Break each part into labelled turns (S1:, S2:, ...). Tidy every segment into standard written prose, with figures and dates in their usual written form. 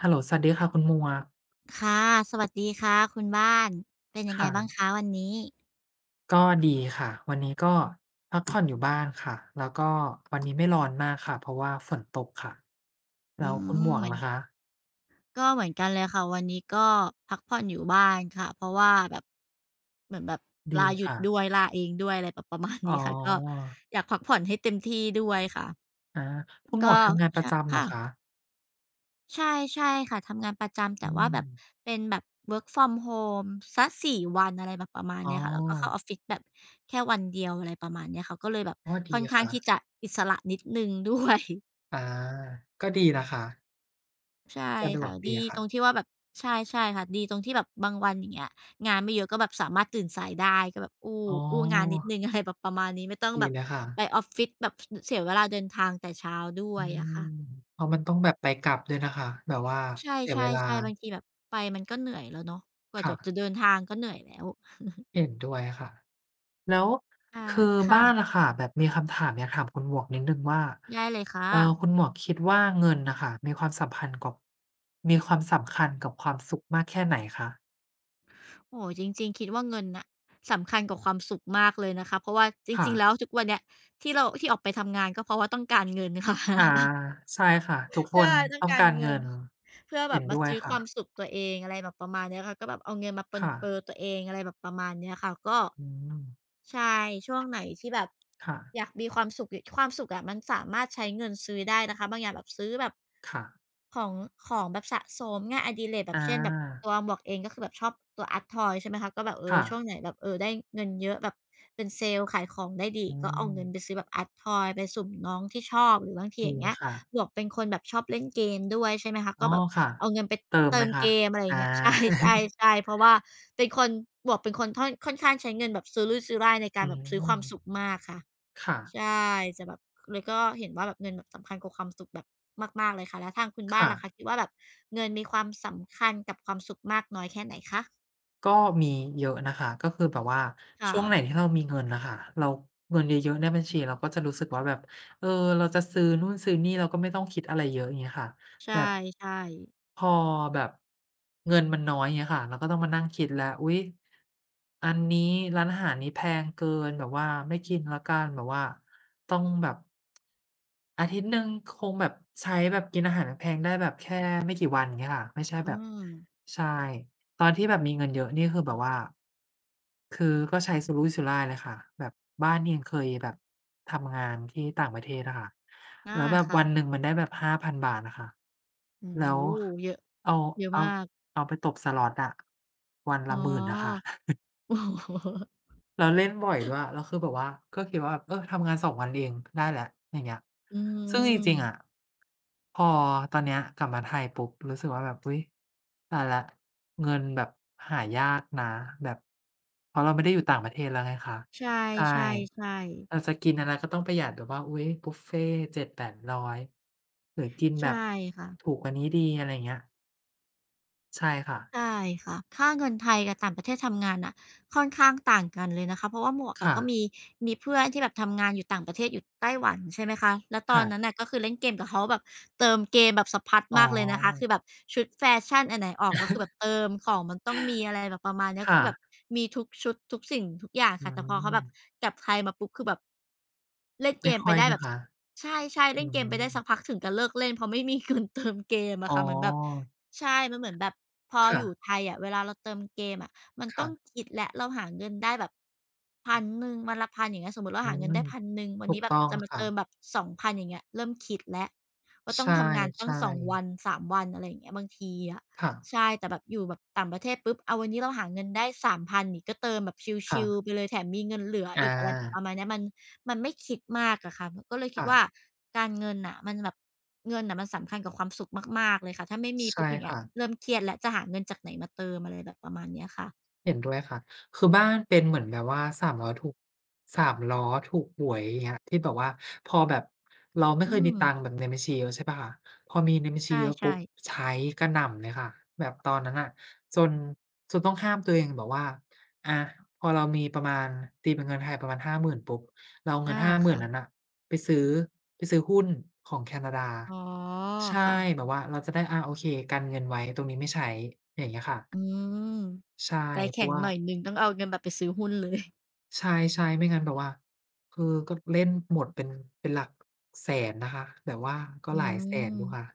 S1: ฮัลโหลสวัสดีค่ะคุณหมวก
S2: ค่ะ สวัสดีค่ะคุณบ้าน เป็นยังไงบ้าง
S1: ค่ะ
S2: คะวันนี้
S1: ก็ดีค่ะวันนี้ก็พักผ่อนอยู่บ้านค่ะแล้วก็วันนี้ไม่ร้อนมากค่ะเพราะว่าฝนตกค่ะ
S2: อื
S1: แล้วคุณหมวก
S2: เหมือน
S1: ล่ะคะ
S2: เหมือนกันเลยค่ะวันนี้ก็พักผ่อนอยู่บ้านค่ะเพราะว่าแบบเหมือนแบบ
S1: ดี
S2: ลาหยุด
S1: ค่ะ
S2: ด้วยลาเองด้วยอะไรแบบประมาณ
S1: อ๋อ
S2: นี้ค่ะก็อยากพักผ่อนให้เต็มที่ด้วยค่ะ
S1: อาคุณหมว
S2: ก็
S1: กทำงานป
S2: ช
S1: ระจำเหรอ
S2: ค่ะ
S1: คะ
S2: ใช่ใช่ค่ะทำงานประจำ
S1: อื
S2: แต่ว่าแบบ
S1: ม
S2: เป็นแบบ work from home สักสี่วันอะไรแบบประมาณ
S1: อ๋อ
S2: เนี้ยค่ะแล้วก็เข้าออฟฟิศแบบแค่วันเดียวอะไรประมาณเนี้ยค่ะก็เลยแบบ
S1: อ๋อ
S2: ค่
S1: ดี
S2: อนข้าง
S1: ค่ะ
S2: ที่จะอิสระนิดหนึ่งด้วย
S1: อาก็ดีนะคะ
S2: ใช่
S1: สะดวก
S2: ค่ะดี
S1: ดี
S2: ต
S1: ค่ะ
S2: รงที่ว่าแบบใช่ค่ะดีตรงที่แบบบางวันอย่างเงี้ยงานไม่เยอะก็แบบสามารถตื่นสายได้ก็แบบอู้
S1: อ๋อ
S2: อู้งานนิดหนึ่ง อะไรแบบประมาณนี้ไม่ต้องแบ
S1: ดี
S2: บ
S1: เลยค่ะ
S2: ไปออฟฟิศแบบเสียเวลาเดินทางแต่เช้าด้ว
S1: อื
S2: ยอะ
S1: ม
S2: ค่ะ
S1: เพราะมันต้องแบบไปกลับด้วยนะคะแบบว่า
S2: ใช
S1: เสียเวลา
S2: ่ๆๆบางทีแบบไปมันก็เหนื่อยแล้วเนาะกว่าจะ
S1: ค่ะ
S2: เดินทางก็เหนื่อยแล้ว
S1: เห็นด้วยค่ะ แล้ว
S2: ใช่
S1: คือ
S2: ค่ะ
S1: บ้านนะค่ะแบบมีคำถามอยากถามคุณหมวกนิดนึงว่า
S2: ได้เลยค่ะ
S1: คุณหมวกคิดว่าเงินนะคะมีความสัมพันธ์กับมีความสำคัญกับความสุขมากแค่ไหนคะ
S2: โอ้โฮจริงๆคิดว่าเงินน่ะสำคัญกว่าความสุขมากเลยนะคะเพราะว่าจ
S1: ค่ะ
S2: ริงๆแล้วทุกวันเนี้ยที่เราออกไปทำงานก็เพราะว่าต้องการเงินค่ะ
S1: อ่าใช่ค่ะทุกค
S2: ใช่
S1: น
S2: ต้อง
S1: ต้อง
S2: การ
S1: การเงิ
S2: เงิน
S1: น
S2: เพื่อแบ
S1: เห็น
S2: บมา
S1: ด้วย
S2: ซื้อความ
S1: ค่ะ
S2: สุขตัวเองอะไรแบบประมาณเนี้ยค่ะก็แบบเอาเงินมาปรน
S1: ค่ะ
S2: เปอตัวเองอะไรแบบประมาณเนี้ยค่ะก็
S1: อืม
S2: ใช่ช่วงไหนที่แบบ
S1: ค่ะ
S2: อยากมีความสุขอะมันสามารถใช้เงินซื้อได้นะคะบางอย่างแบบซื้อแบบ
S1: ค่ะ
S2: ของของแบบสะสมงานอดิเรกแบ
S1: อ
S2: บเช่นแบบ
S1: า
S2: ตัวหมวกเองก็คือแบบชอบตัว Art Toy ใช่ไหมคะก็แบบเออ
S1: ค่ะ
S2: ช่วงไหนแบบเออได้เงินเยอะแบบเป็นเซลส์ขายของได้ดี
S1: อื
S2: ก็เอา
S1: ม
S2: เงินไปซื้อแบบ Art Toy ไปสุ่มน้องที่ชอบหรือบางทีอ
S1: ดี
S2: ย่างเงี้ย
S1: ค่ะ
S2: หมวกเป็นคนแบบชอบเล่นเกมด้วยใช่ไหมคะ
S1: อ๋
S2: ก็
S1: อ
S2: แบบ
S1: ค่ะ
S2: เอาเงินไป
S1: เติมไห
S2: เติ
S1: ม
S2: ม
S1: คะ
S2: เกมอะไรอ
S1: อา
S2: ย่างเงี้ย ใช่ๆๆเพราะว่าเป็นคนหมวกเป็นคนท่อนค่อนข้างใช้เงินแบบซื้อรุ่ยซื้อร่ายใน กา
S1: อื
S2: รแบบซื้อค
S1: ม
S2: วามสุขมากค่ะ
S1: ค่ะ
S2: ใช่จะแบบเลยก็เห็นว่าแบบเงินแบบสำคัญกว่าความสุขแบบมากๆเลยค่ะแล้วทางคุณบ้าน
S1: ค่ะ
S2: ล่ะคะคิดว่าแบบเงินมีความสำคัญกับความสุขมากน้อยแค่ไหนคะ
S1: ก็มีเยอะนะคะก็คือแบบว่า
S2: ค่ะ
S1: ช่วงไหนที่เรามีเงินนะคะเราเงินเยอะๆในบัญชีเราก็จะรู้สึกว่าแบบเออเราจะซื้อนู่นซื้อนี่เราก็ไม่ต้องคิดอะไรเยอะอย่างเงี้ยค่ะ
S2: ใช่
S1: แบบ
S2: ๆ
S1: พอแบบเงินมันน้อยเงี้ยค่ะเราก็ต้องมานั่งคิดแล้วอุ๊ยอันนี้ร้านอาหารนี้แพงเกินแบบว่าไม่กินแล้วกันแบบว่าต้องแบบอาทิตย์หนึ่งคงแบบใช้แบบกินอาหารแพงๆได้แบบแค่ไม่กี่วันเงี้ยค่ะไม่ใช่
S2: อื
S1: แบบ
S2: ม
S1: ใช่ตอนที่แบบมีเงินเยอะนี่คือแบบว่า คือก็ใช้สุรุ่ยสุร่ายเลยค่ะแบบบ้านเองเคยแบบทำงานที่ต่างประเทศอะค่ะ
S2: อา
S1: แล้วแบบวันห
S2: ค่ะ
S1: นึ่งมันได้แบบห้าพั5,000นะคะ
S2: โอ้
S1: แล้
S2: โฮ
S1: ว
S2: เยอะ
S1: เอา
S2: เยอะ
S1: เอา
S2: มาก
S1: เอาไปตบสล็อตอะวัน
S2: อ๋
S1: ละ
S2: อ
S1: หมื่น นะคะ
S2: โอ้โฮ
S1: แล้วเล่นบ่อยด้วยแล้วคือแบบว่าก็คิดว่าแบบทำงานสองวันเองได้แล้วอย่างเงี้ย
S2: อื
S1: ซึ่งจริงๆอะ
S2: ม
S1: พอตอนเนี้ยกลับมาไทยปุ๊บรู้สึกว่าแบบอุ๊ยตายแล้วเงินแบบหายากนะแบบเพราะเราไม่ได้อยู่ต่างประเทศแล้วไงคะ
S2: ใช่
S1: ใช่
S2: ใช่ใช่
S1: เราจะกินอะไรก็ต้องประหยัดแบบว่าอุ๊ยบุฟเฟต์เจ็ดแปดร้อยหรือกินแบ
S2: ใช่
S1: บ
S2: ค่ะ
S1: ถูกกว่านี้ดีอะไรอย่างเงี้ยใช่ค่ะ
S2: ใช่ค่ะค่าเงินไทยกับต่างประเทศทำงานน่ะค่อนข้างต่างกันเลยนะคะเพราะว่าหมวกอะ
S1: ค่ะ
S2: ก็มีเพื่อนที่แบบทำงานอยู่ต่างประเทศอยู่ไต้หวันใช่ไหมคะแล้วตอนนั้น
S1: ค่ะ
S2: น่ะก็คือเล่นเกมกับเขาแบบเติมเกมแบบสะพัด
S1: อ๋อ
S2: มากเลยนะคะคือแบบชุดแฟชั่นอันไหนออกก็คือแบบเติมของมันต้องมีอะไรแบบประมาณเนี้ย
S1: ค่ะ
S2: คือแบบมีทุกชุดทุกสิ่งทุกอย่าง
S1: อื
S2: ค่ะแต่พอเขา
S1: ม
S2: แบบกลับไทยมาปุ๊บคือแบบเล่นเก
S1: ไม่
S2: ม
S1: ค่
S2: ไป
S1: อย
S2: ได้แบ
S1: นะ
S2: บ
S1: คะ
S2: สักใช่ๆ
S1: อื
S2: เล่นเกมไปได้
S1: ม
S2: สักพักถึงกับเลิกเล่นเพราะไม่มีเงินเติมเกม
S1: อ๋
S2: อะ
S1: อ
S2: ค่ะเหมือนแบบ ใช่มันเหมือนแบบพอ
S1: ค่ะ
S2: อยู่ไทยอะเวลาเราเติมเกมอะมันต้อ
S1: ค่ะ
S2: งคิดแล้วเราหาเงินได้แบบพันหนึ่งวันละ1ันอย่างเงี้ยสมมุติเรา
S1: อื
S2: หาเงินได้
S1: ม
S2: พันหนึ่งวัน
S1: ถูก
S2: นี้แบบ
S1: ต้อง
S2: จะมา
S1: ค่ะ
S2: เติมแบบ2,000องพันอย่างเงี้ยเริ่มคิดแล้วว่าต้อง
S1: ใช่
S2: ทำงานตั้งสองวั
S1: ๆ
S2: นสามวันอะไรอย่างเงี้ยบางทีอะ
S1: ค่ะ
S2: ใช่แต่แบบอยู่แบบต่างประเทศปุ๊บอาวันนี้เราหาเงินได้3,000นนี่ก็เติมแบบชิลๆไป
S1: ค่ะ
S2: เลยแถมมีเงินเหลือ
S1: อา
S2: อีกอะไรแบบประมาณเนี้ยมัน มันไม่คิดมากอะค่ะก็เลยคิดว่า
S1: ค่ะ
S2: การเงินน่ะมันแบบเงินน่ะมันสำคัญกับความสุขมากๆเลยค่ะถ้าไม่มีปุ๊บ
S1: ใช่
S2: อย่างเงี้ย
S1: ค่ะ
S2: เริ่มเครียดแล้วจะหาเงินจากไหนมาเติมอะไรแบบประมาณเนี้ยค่ะ
S1: เห็นด้วยค่ะ คือบ้านเป็นเหมือนแบบว่าสามล้อถูกสามล้อถูกหวยอย่างเงี้ยที่แบบว่าพอแบบเราไม่
S2: อื
S1: เคยมี
S2: ม
S1: ตังค์แบบในบัญชีเยอะใช่เปล่าคะพอมีในบัญชีเยอะปุ๊
S2: ใช่
S1: บ
S2: ๆ
S1: ใช้กระหน่ำเลยค่ะแบบตอนนั้นน่ะจนจนต้องห้ามตัวเองแบบว่าอาพอเรามีประมาณตีเป็นเงินไทยประมาณหาหมื่นปุ๊บเราเอาเงิ
S2: อา
S1: น50,000
S2: ค่ะ
S1: นนั้นน่ะไปซื้อไปซื้อหุ้นของแคนาดา
S2: อ๋อ
S1: ใช่
S2: ค่ะ
S1: แบบว่าเราจะได้อาโอเคกันเงินไว้ตรงนี้ไม่ใช้อย่างเงี้ยค่ะ
S2: อืม
S1: ใช่
S2: ใจ
S1: เพ
S2: แข็
S1: ราะ
S2: ง
S1: ว่า
S2: หน่อยหนึ่งต้องเอาเงินแบบไปซื้อหุ้นเลย
S1: ใช่ๆไม่งั้นแบบว่าคือก็เล่นหมดเป็นหลักแสนนะคะแบบว่าก็
S2: อื
S1: หลายแสนอยู่ค่ะ
S2: ม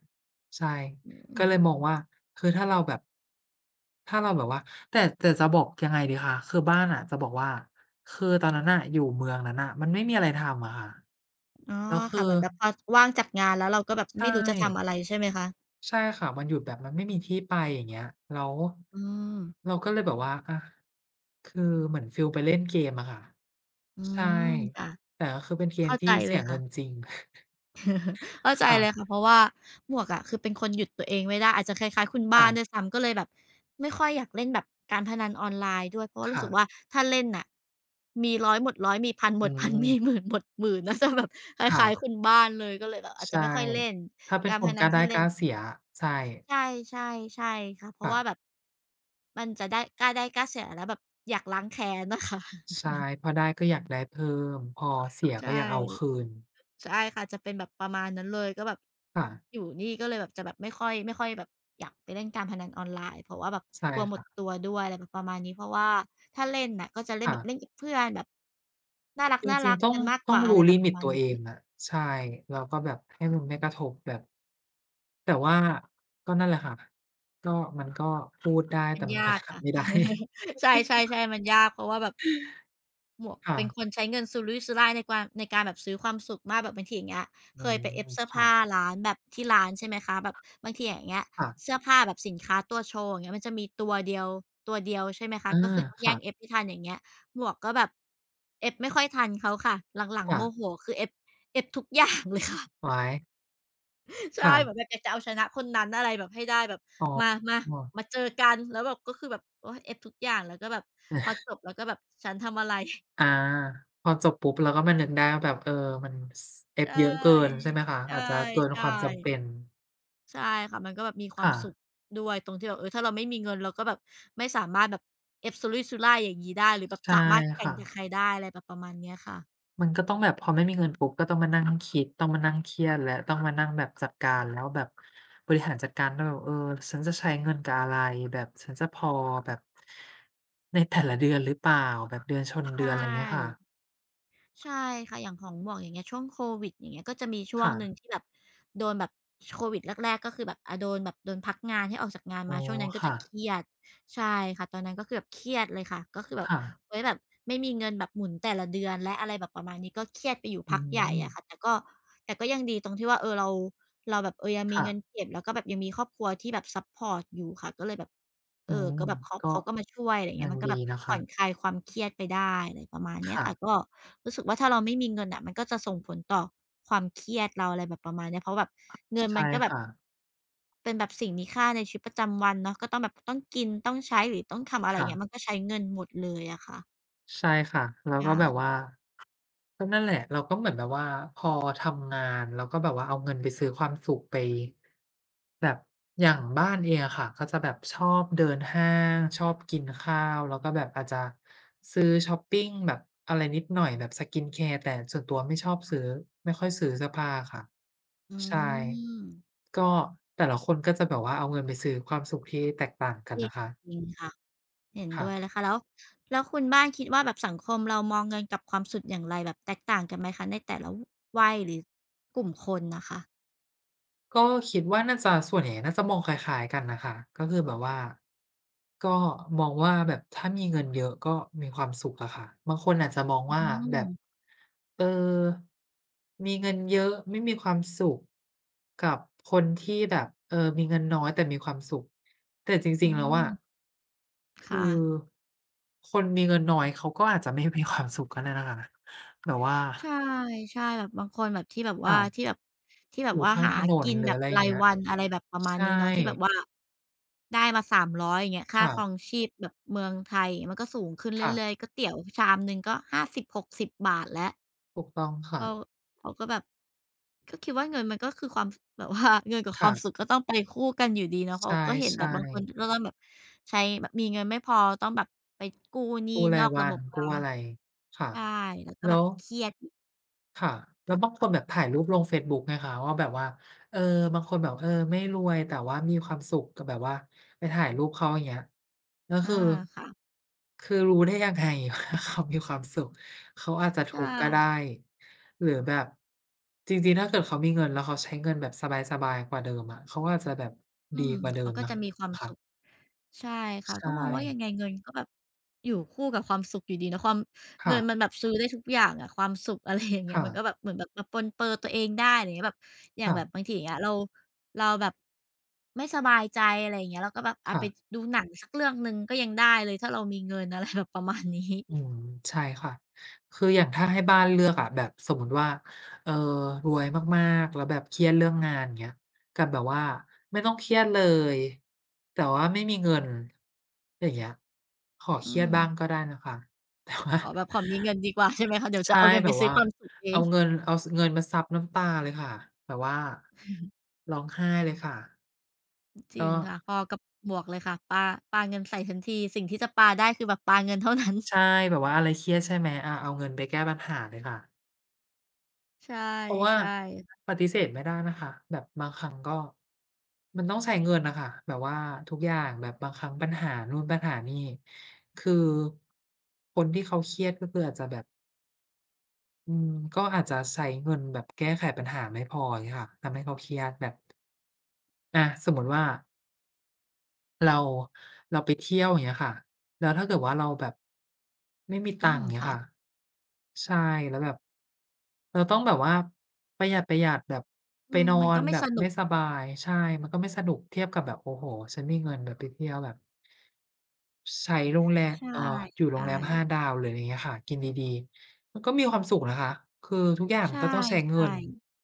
S1: ใช่
S2: อ
S1: ก็
S2: ืม
S1: เลยมองว่าคือถ้าเราแบบถ้าเราแบบว่าแต่จะบอกยังไงดีคะคือบ้านอะจะบอกว่าคือตอนนั้นน่ะอยู่เมืองนั้นน่ะมันไม่มีอะไรทำอะค่ะ
S2: อ๋อ
S1: แล้วคือ
S2: ค่ะเหมือนแบบพอว่างจากงานแล้วเราก็แบบ
S1: ใช่
S2: ไม่รู้จะทำอะไรใช่ไหมคะ
S1: ใช่ค่ะวันหยุดแบบมันไม่มีที่ไปอย่างเงี้ยแล้ว
S2: อืม
S1: เราก็เลยแบบว่าอะคือเหมือนฟีลไปเล่นเกมอะค่ะ
S2: อื
S1: ใช่
S2: มค่ะ
S1: แต่ก็คือเป็นเกม
S2: เข้าใจ
S1: ที่
S2: เล
S1: เสี
S2: ย
S1: ยเงิน
S2: ค่ะ
S1: จริง
S2: เข้า ใจเลย
S1: ค่ะ
S2: ค่ะเพราะว่าหมวกอะคือเป็นคนหยุดตัวเองไม่ได้อาจจะคล้ายๆคุณบ้า
S1: ค่ะ
S2: นด้วยซ้ำก็เลยแบบไม่ค่อยอยากเล่นแบบการพนันออนไลน์ด้วยเพราะว่ารู้
S1: ค่ะ
S2: สึกว่าถ้าเล่นน่ะมีร้อยหมดร้อยมีพันห
S1: อื
S2: มดพันมีห
S1: ม
S2: มื่นหมดหมื่นน่าจะแบบคล้ายๆ
S1: ค่ะ
S2: คุณบ้านเลยก็เลยแบบอาจจะ
S1: ใช่
S2: ไม่ค่อยเล่น
S1: ถ้าเป็น
S2: การ
S1: ค
S2: พ
S1: นก
S2: นั
S1: ล้า
S2: น
S1: ได้
S2: ที่
S1: ก
S2: เล่น
S1: ล้าเสียใช่
S2: ใช่ใช่ค่ะเพราะว่าแบ
S1: ค่ะ
S2: บมันจะได้กล้าได้กล้าเสียแล้วแบบอยากล้างแค้นน่ะค่ะ
S1: ใช่พอได้ก็อยากได้เพิ่มพอเสี ยก็
S2: ใช่
S1: อยากเอาคืน
S2: ใช่ค่ะจะเป็นแบบประมาณนั้นเลยก็แบบ
S1: ค่ะ
S2: อยู่นี่ก็เลยแบบจะแบบไม่ค่อยแบบอยากไปเล่นการพนันออนไลน์เพราะว่าแบบ
S1: ใช่
S2: กลัวหมดตั
S1: ค่ะ
S2: วด้วยอะไรแบบประมาณนี้เพราะว่าถ้าเล่นน่ะก็จะเล่นแบบเล่น
S1: ค่ะ
S2: กับเพื่อนแบบน่าร
S1: จริง
S2: ัก
S1: ๆ ต้อ
S2: ๆ
S1: ง
S2: กันมากก
S1: ต้อง
S2: ว่าอะไร
S1: รู้
S2: แบ
S1: ลิ
S2: บป
S1: มิต
S2: ระมาณ
S1: ตัวเอ
S2: นี้
S1: งอะใช่แล้วก็แบบให้มันไม่กระทบแบบแต่ว่าก็นั่นแหละค่ะก็มันก็พูดได้
S2: มั
S1: แต่
S2: น
S1: มันก็
S2: ยากค่ะ
S1: ทำไม่ได้
S2: ใช่ๆ่ ใช่มันยากเพราะว่าแบบหมวกเป็นค
S1: ค่ะ
S2: นใช้เงินสุรุ่ยสุร่ายในการแบบซื้อความสุขมากแบบบางทีอย่างเงี้ย
S1: อื
S2: เคยไปเอ
S1: ม
S2: ฟเสื้อ
S1: ค่ะ
S2: ผ้าร้านแบบที่ร้านใช่ไหมคะแบบบางทีอย่างเงี้ย
S1: ค่ะ
S2: เสื้อผ้าแบบสินค้าตัวโชว์อย่างเงี้ยมันจะมีตัวเดียวตัวเดียวใช่ไหมคะ
S1: อา
S2: ก็คือต้องแย่งเอ
S1: ค่ะ
S2: ฟให่ทันอย่างเงี้ยหมวกก็แบบเอฟไม่ค่อยทันเขาค่ะหลังๆ
S1: ค่ะ
S2: โมโหคือเอฟทุกอย่างเลยค่ะ
S1: ว้าย
S2: ใช่แบบแบ
S1: ค่ะ
S2: บอยากจะเอาชนะคนนั้นอะไรแบบให้ได้แบบ
S1: อ๋อ
S2: มามามาเจอกันแล้วแบบก็คือแบบโอ๊ยเอฟทุกอย่างแล้วก็แบบพอจ บแล้วก็แบบฉันทำอะไร
S1: อาพอจบปุ๊บเราก็มานึกได้ว่าแบบมันสเอ
S2: ใช
S1: ฟเยอะเกิน
S2: ่
S1: ใช่ไหมคะ
S2: ใช่
S1: อาจจะเกินค
S2: ใช่
S1: วามจำเป็น
S2: ใช่ค่ะมันก็แบบมีความ
S1: ค่ะ
S2: สุขด้วยตรงที่แบบเออถ้าเราไม่มีเงินเราก็แบบไม่สามารถแบบเอฟสุรุ่ยสุร่ายอย่างงี้ได้หรือแบบ
S1: ใช่
S2: สามารถแข่ง
S1: ค่ะ
S2: กับใครได้อะไรแบบประมาณเนี้ยค่ะ
S1: มันก็ต้องแบบพอไม่มีเงินปุ๊บก็ต้องมานั่งคิดต้องมานั่งเครียดแล้วต้องมานั่งแบบจัดการแล้วแบบบริหารจัดการด้ว่แบบฉันจะใช้เงินกับอะไรแบบฉันจะพอแบบในแต่ละเดือนหรือเปล่าแบบเดือนชนเดื
S2: ใช่
S1: อนอะไรอย่างเงี้ยค่ะ
S2: ใช่ค่ะอย่างของหมวกอย่างเงี้ยช่วงโควิดอย่างเงี้ยก็จะมีช่วง
S1: ค่ะ
S2: หนึ่งที่แบบโดนแบบโควิดแรกๆก็คือแบบอาโดนแบบโดนพักงานให้ออกจากงาน
S1: อ๋อ
S2: มาช่วงนั้นก็จะ
S1: ค่ะ
S2: เครียดใช่ค่ะตอนนั้นก็คือแบบเครียดเลยค่ะก็คือแบบ
S1: ค่ะ
S2: โอ๊ยแบบไม่มีเงินแบบหมุนแต่ละเดือนและอะไรแบบประมาณนี้ก็เครียดไปอยู่
S1: อื
S2: พักใหญ่
S1: ม
S2: อะค่ะแต่ก็ยังดีตรงที่ว่าเออเราแบบเออยังมี
S1: ค่ะ
S2: เงินเก็บแล้วก็แบบยังมีครอบครัวที่แบบซัปพอร์ตอยู่ค่ะก็เลยแบบ
S1: อื
S2: เออ
S1: ม
S2: ก็แบบเขา
S1: ก็
S2: เขาก็มาช่วยอะไรอย่าง
S1: ยั
S2: เงี้ย
S1: ง
S2: มันก็
S1: ดี
S2: แบบ
S1: นะ
S2: ผ่
S1: คะ
S2: อนคลายความเครียดไปได้อะไรประมาณเนี้ยค่ะก็
S1: ค่ะ
S2: รู้สึกว่าถ้าเราไม่มีเงินอ่ะมันก็จะส่งผลต่อความเครียดเราอะไรแบบประมาณเนี้ยเพราะแบบเงิน
S1: ใช่
S2: มันก็แบบ
S1: ค่ะ
S2: เป็นแบบสิ่งมีค่าในชีวิตประจำวันเนาะก็ต้องแบบต้องกินต้องใช้หรือต้องทำอะไรอย่า
S1: ค่ะ
S2: งเงี้ยมันก็ใช้เงินหมดเลยอะค่ะ
S1: ใช่ค่ะแล้วก็
S2: ใช่
S1: แบบว่า ก็นั่นแหละเราก็เหมือนแบบว่าพอทำงานเราก็แบบว่าเอาเงินไปซื้อความสุขไปแบบอย่างบ้านเองอะค่ะก็จะแบบชอบเดินห้างชอบกินข้าวแล้วก็แบบอาจจะซื้อชอปปิงแบบอะไรนิดหน่อยแบบ skincare แต่ส่วนตัวไม่ชอบซื้อไม่ค่อยซื้อเสื้อผ้าค่ะ
S2: อื
S1: ใช่
S2: ม
S1: ก็แต่ละคนก็จะแบบว่าเอาเงินไปซื้อความสุขที่แตกต่างกัน
S2: จริง
S1: นะคะ
S2: จริงค่ะเห็นด้วยเล
S1: ค่ะ
S2: ยค่ะแล้วคุณบ้านคิดว่าแบบสังคมเรามองเงินกับความสุขอย่างไรแบบแตกต่างกันไหมคะในแต่ละวัยหรือกลุ่มคนน่ะค่ะ
S1: ก็คิดว่าน่าจะส่วนใหญ่น่าจะมองคล้ายๆกันนะคะก็คือแบบว่าก็มองว่าแบบถ้ามีเงินเยอะก็มีความสุขอะค่ะบางคนอาจจะมอง
S2: อื
S1: ว่าแบบ
S2: ม
S1: เออมีเงินเยอะไม่มีความสุขกับคนที่แบบเออมีเงินน้อยแต่มีความสุขแต่จริ
S2: อื
S1: งๆแล้ว
S2: ม
S1: อะคื
S2: ค่ะ
S1: อคนมีเงินน้อยเขาก็อาจจะไม่มีความสุขก็ได้นะคะแบบว่า
S2: ใช่ใช่แบบบางคนแบบที่แบบว่าที่
S1: ค่ะ
S2: แบบที่แบ
S1: อ
S2: บ
S1: ยู่
S2: ว่า
S1: ข้าง
S2: หา
S1: ถนน
S2: กิน
S1: หรือ
S2: แบบ
S1: อะไรอย่า
S2: รา
S1: ง
S2: ย
S1: เงี้ย
S2: วันอะไรแบบประมาณ
S1: ใช่
S2: นี้เนาะที่แบบว่าได้มา300อยอย่างเงี้ยค่า
S1: ค่ะ
S2: ครองชีพแบบเมืองไทยอย่างเงี้ยมันก็สูงขึ้น
S1: ค่ะ
S2: เรื่อยๆก๋วยเตี๋ยวชามหนึ่งก็50-60บหกสิบบาทแล้ว
S1: ถูกต้องค่ะ
S2: เราเราก็แบบก็คิดว่าเงินมันก็คือความ แบบว่าเงินกับควา
S1: ค่ะ
S2: มสุขก็ต้องไปคู่กันอยู่ดีเนาะเพ
S1: ใช
S2: ราะก็เห็นแบ
S1: ่
S2: บบางคน
S1: ๆ
S2: ก็ต้องแบบใช้แบบมีเงินไม่พอต้องแบบไปกู้หนี้
S1: กู้
S2: น
S1: รา
S2: อ
S1: ย
S2: กระ
S1: วั
S2: บ
S1: น
S2: บมา
S1: กู้อะไร ค่ะ
S2: ใช่แล้วก็แบ
S1: แล้
S2: บ
S1: ว
S2: เครียดอีก
S1: ค่ะแล้วบางคนแบบถ่ายรูปลงเฟซบุ๊กไงคะว่าแบบว่าเออบางคนแบบเออไม่รวยแต่ว่ามีความสุขก็แบบว่าไปถ่ายรูปเขาอย่างเงี้ยแล้วคื
S2: อา
S1: อ
S2: ค่ะ
S1: คือรู้ได้ยังไงว่าเขามีความสุขเขาอาจจะทุก
S2: ค่ะ
S1: ข์ก็ได้หรือแบบจริงๆถ้าเกิดเขามีเงินแล้วเขาใช้เงินแบบสบายๆกว่าเดิมอะเขาก็อาจจะแบบ
S2: อื
S1: ดี
S2: ม
S1: กว่าเดิ
S2: เขา
S1: ม
S2: ก็
S1: นะ
S2: จะมีความ
S1: คะ
S2: สุขใช่ค่ะก็
S1: ใช่
S2: มองว่ายังไงเงินก็แบบอยู่คู่กับความสุขอยู่ดีนะความเงิ
S1: ค่ะ
S2: นมันแบบซื้อได้ทุกอย่างอะความสุข อะไรอย่างเงี้ย
S1: ค่ะ
S2: มันก็แบบเหมือนแบบมาปรนเปอตัวเองได้อะไรอย่างเงี้ยแบบอย่าง
S1: ค่ะ
S2: แบบบางทีอย่างเงี้ยเราแบบไม่สบายใจอะไรอย่างเงี้ยเราก็แบบอา
S1: ค่ะ
S2: ไปดูหนังสักเรื่องหนึ่งก็ยังได้เลยถ้าเรามีเงินอะไรแบบประมาณนี้
S1: อืมใช่ค่ะคืออย่างถ้าให้บ้านเลือกอะแบบสมมุติว่าเอ่อรวยมากๆ แล้วแบบเครียดเรื่องงานอย่างเงี้ยกับแบบว่าไม่ต้องเครียดเลยแต่ว่าไม่มีเงินอย่างเงี้ยขอเค
S2: อื
S1: รียด
S2: ม
S1: บ้างก็ได้นะคะ แต่ว่า
S2: ขอแบบขอมีเงินดีกว่าใช่ไหมคะเดี๋ยวจะ
S1: ใช่
S2: เอาเงิน
S1: แบ
S2: ไป
S1: บ
S2: ซื้อ
S1: ว่า
S2: ความสุขเอ
S1: เอา
S2: ง
S1: เงินเอาสเงินมาซับน้ำตาเลยค่ะแบบว่าร้องไห้เลยค่ะ
S2: จริ
S1: ก็
S2: งค่ะพอกับหมวกเลยค่ะปาเงินใส่ฉันทีสิ่งที่จะปาได้คือแบบปาเงินเท่านั้น
S1: ใช่แบบว่าอะไรเครียดใช่ไหมอาเอาเงินไปแก้ปัญหาเลยค่ะ
S2: ใช่
S1: เพราะว่า
S2: ใช่ค่ะ
S1: ปฏิเสธไม่ได้นะคะแบบบางครั้งก็มันต้องใช้เงินน่ะค่ะแบบว่าทุกอย่างแบบบางครั้งปัญหานู่นปัญหานี่คือคนที่เขาเครียดก็คืออาจจะแบบอืมก็อาจจะใช้เงินแบบแก้ไขปัญหาไม่พออย่างเงี้ยค่ะทำให้เขาเครียดแบบอาสมมุติว่า เราเราไปเที่ยวอย่างเงี้ยค่ะแล้วถ้าเกิดว่าเราแบบไม่มีตั
S2: อื
S1: งค์
S2: ม
S1: อย่างเงี้ย
S2: ค่ะ
S1: ค่ะใช่แล้วแบบเราต้องแบบว่าประหยัดๆแบบ
S2: อื
S1: ไป
S2: ม
S1: นอ
S2: มัน
S1: น
S2: ก็ไม่
S1: แบบ
S2: สนุ
S1: ไม่
S2: ก
S1: สบายใช่มันก็ไม่สนุกเทียบกับแบบโอ้โฮฉันมีเงินแบบไปเที่ยวแบบใช้โรงแรม
S2: ใช่
S1: อยู่โรงแรม
S2: ๆ
S1: 5ดาวหรืออะไรอย่างเงี้ยค่ะกินดีๆมันก็มีความสุขนะคะคือทุกอย่างมั
S2: ใช่
S1: นก็ต้องใช้เงิน
S2: ๆ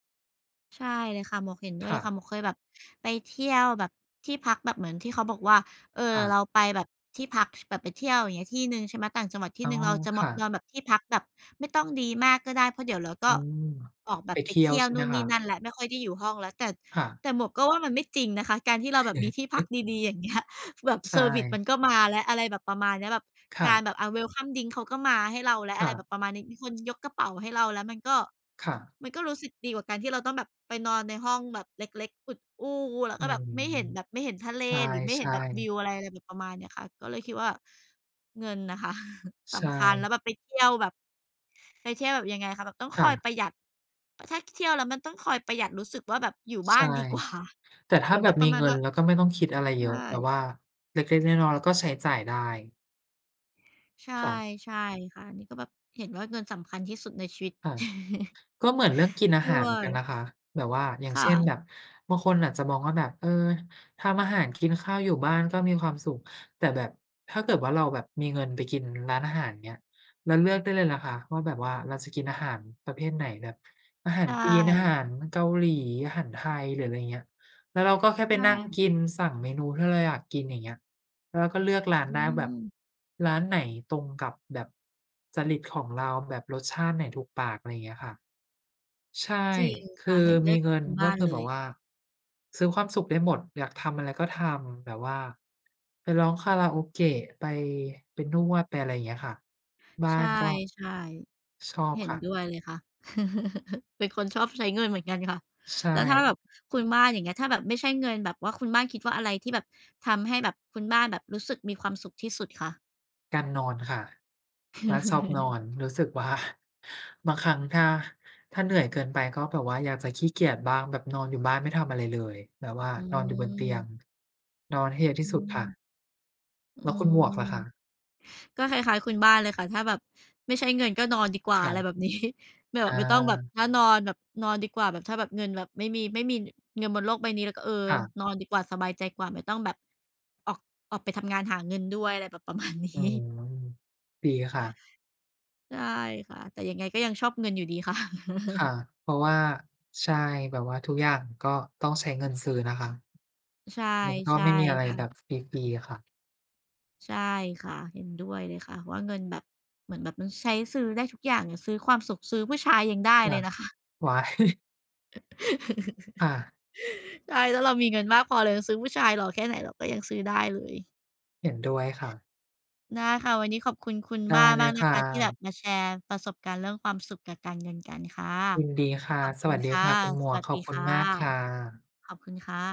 S2: ใช่เลยค่ะหมวกเห็นด้วยเล
S1: ค่ะ
S2: ยค่ะหมวกเคยแบบไปเที่ยวแบบที่พักแบบเหมือนที่เขาบอกว่าเออเรา
S1: ค่ะ
S2: ไปแบบที่พักแบบไปเที่ยวอย่างเงี้ยที่หนึ่งใช่ไหมต่างจังหวัดที่
S1: อ๋
S2: ห
S1: อ
S2: นึ่งเราจะมา
S1: ค่ะ
S2: นอนแบบที่พักแบบไม่ต้องดีมากก็ได้เพราะเดี๋ยวเรา
S1: อื
S2: ก็
S1: ม
S2: ออกแบ
S1: ไป
S2: บไป
S1: เที่ยว
S2: เที่ยว
S1: ใช่ไหม
S2: นู่นนี่
S1: คะ
S2: นั่นแหล้วไม่ค่อยได้อยู่ห้องแล้วแต่
S1: ค่ะ
S2: หมวกก็ว่ามันไม่จริงนะคะการที่เราแบบมีที่พักดีๆอย่างเงี้ย แบบ
S1: ใช
S2: เซอร์วิสมัน
S1: ่
S2: ก็มาแล้วอะไรแบบประมาณเนี้ยแบบการแบ
S1: ค่ะ
S2: บwelcome drink เขาก็มาให้เราแล้วอะไร
S1: ค่ะ
S2: แบบประมาณนี้มีคนยกกระเป๋าให้เราแล้วมันก็
S1: ค่ะ
S2: มันก็รู้สึกดีกว่าการที่เราต้องแบบไปนอนในห้องแบบเล็กๆอุดอู้แล้ว
S1: อื
S2: ก็แบบ
S1: ม
S2: ไม่เห็นทะเล
S1: ใช
S2: หรือไม่เห็น
S1: ่
S2: แบบวิว
S1: ๆ
S2: อะไรอะไรแบบประมาณเนี้ยค่ะก็เลยคิดว่าเงินน่ะค่ะ
S1: ใช่
S2: สำคัญแล้วแบบไปเที่ยวแบบยังไงคะแบบต้องคอยป
S1: ค่ะ
S2: ระหยัดถ้าเที่ยวแล้วมันต้องคอยประหยัดรู้สึกว่าแบบอยู่บ้า
S1: ใช่
S2: นดีกว่า
S1: แต่
S2: เห
S1: ถ้า
S2: มือน
S1: แบ
S2: แบ
S1: บ
S2: บป
S1: มี
S2: ระมาณ
S1: เงิน
S2: ว่า
S1: แล้วก็ไม่ต้องคิดอะไรเยอะ
S2: ใช่
S1: แบบว่าเล็กๆน้อยๆแล้วก็ใช้จ่ายได้
S2: ใช่
S1: ค่ะ
S2: ใช่ค่ะอันนี้ก็แบบเห็นว่าเงินสำคัญที่สุดในชีวิต
S1: ค่ะ ก็เหมือนเรื่องกินอาหา
S2: ด้
S1: ร
S2: ว
S1: เหมือน
S2: ย
S1: กัน นะคะแบบว่าอย่างเช่นแบบ
S2: ค่ะ
S1: บางคนอาจจะมองว่าแบบเออทำอาหารกินข้าวอยู่บ้านก็มีความสุขแต่แบบถ้าเกิดว่าเราแบบมีเงินไปกินร้านอาหารเงี้ยเราเลือกได้เลยนะคะว่าแบบว่าเราจะกินอาหารประเภทไหนแบบอาหาร
S2: ใช่
S1: จีนอาหารเกาหลีอาหารไทยหรืออะไรเงี้ยแล้วเราก็แค่ไปนั่ง
S2: ใช่
S1: กินสั่งเมนูที่เราอยากกินอย่างเงี้ยแล้วเราก็เลือกร้าน
S2: อื
S1: ได้แบบ
S2: ม
S1: ร้านไหนตรงกับแบบจริตของเราแบบรสชาติไหนถูกปากอะไรเงี้ยค่ะ ใช่
S2: จริง
S1: คือ
S2: ค่ะเห็นด้
S1: มี
S2: วยกับ
S1: เงิน
S2: คุณ
S1: ก็
S2: บ้าน
S1: คือ
S2: เล
S1: แบบ
S2: ย
S1: ว่าซื้อความสุขได้หมดอยากทำอะไรก็ทำแบบว่าไปร้องคาราโอเกะไปไปนวดไปอะไรอย่างเงี้ยค่ะบ้า
S2: ใช่
S1: นก็ชอ
S2: ๆ
S1: บ
S2: เห็น
S1: ค่ะ
S2: ด้วยเลยค่ะ เป็นคนชอบใช้เงินเหมือนกันค่ะ
S1: ใช่
S2: แล้วถ้าแบบคุณบ้านอย่างเงี้ยถ้าแบบไม่ใช่เงินแบบว่าคุณบ้านคิดว่าอะไรที่แบบทำให้แบบคุณบ้านแบบรู้สึกมีความสุขที่สุดคะ
S1: การนอนค่ะบ้านชอบนอ นรู้สึกว่า บางครั้งถ้าเหนื่อยเกินไปก็แบบว่าอยากจะขี้เกียจบ้างแบบนอนอยู่บ้านไม่ทำอะไรเลยแบบว่า
S2: อื
S1: นอนอยู่บนเตียง
S2: ม
S1: นอนให้เยอะที่
S2: อื
S1: สุดค่ะ
S2: ม
S1: แล้
S2: อื
S1: วคุณหมวกล่ะคะ
S2: ม ก็คล้ายๆคุณบ้านเลยค่ะถ้าแบบไม่ใช้เงินก็นอนดีกว่าอะไรแบบ
S1: ค่ะ
S2: นี้ แบ
S1: อ
S2: บไม่ต้องแบบ
S1: า
S2: ถ้านอนแบบนอนดีกว่าแบบถ้าแบบเงินแบบไม่มีเงินบนโลกใบนี้แล้วก็
S1: ค่ะ
S2: นอนดีกว่าสบายใจกว่าไม่ต้องแบบออกออกไปทำงานหาเงินด้วยอะไรแบบประมาณนี้
S1: อื มดีค่ะ
S2: ใช่ค่ะแต่ยังไงก็ยังชอบเงินอยู่ดีค่ะ
S1: ค่ะเพราะว่าใช่แบบว่าทุกอย่างก็ต้องใช้เงินซื้อนะคะ
S2: ใช่
S1: มันก็
S2: ใช่
S1: ไม่มีอะไรแบบ
S2: ค่ะ
S1: ฟรีๆค่ะ
S2: ใช่ค่ะเห็นด้วยเลยค่ะว่าเงินแบบเหมือนแบบมันใช้ซื้อได้ทุกอย่างซื้อความสุขซื้อผู้ชายยังได้เล
S1: ค่ะ
S2: ยนะคะ
S1: ว้า ยค่ะ
S2: ใช่ถ้าเรามีเงินมากพอเรายังซื้อผู้ชายหล่อแค่ไหนเราก็ยังซื้อได้เลย
S1: เห็นด้วยค่ะ
S2: ได้ค่ะวันนี้ขอบคุณคุณ
S1: ได้
S2: บ้าน
S1: เล
S2: มา
S1: ย
S2: กนะ
S1: ค่ะ
S2: คะที่แบบมาแชร์ประสบการณ์เรื่องความสุขกับการเงินกันค่ะ
S1: ยินดีค่ะ
S2: ขอบ
S1: ส
S2: คุ
S1: วั
S2: ณ
S1: สดี
S2: ค่ะ
S1: ค่ะคุณหม
S2: ส
S1: วก
S2: วัส
S1: ขอ
S2: ดี
S1: บคุณ
S2: ค่
S1: มากค่ะ
S2: ะขอบคุณค่ะ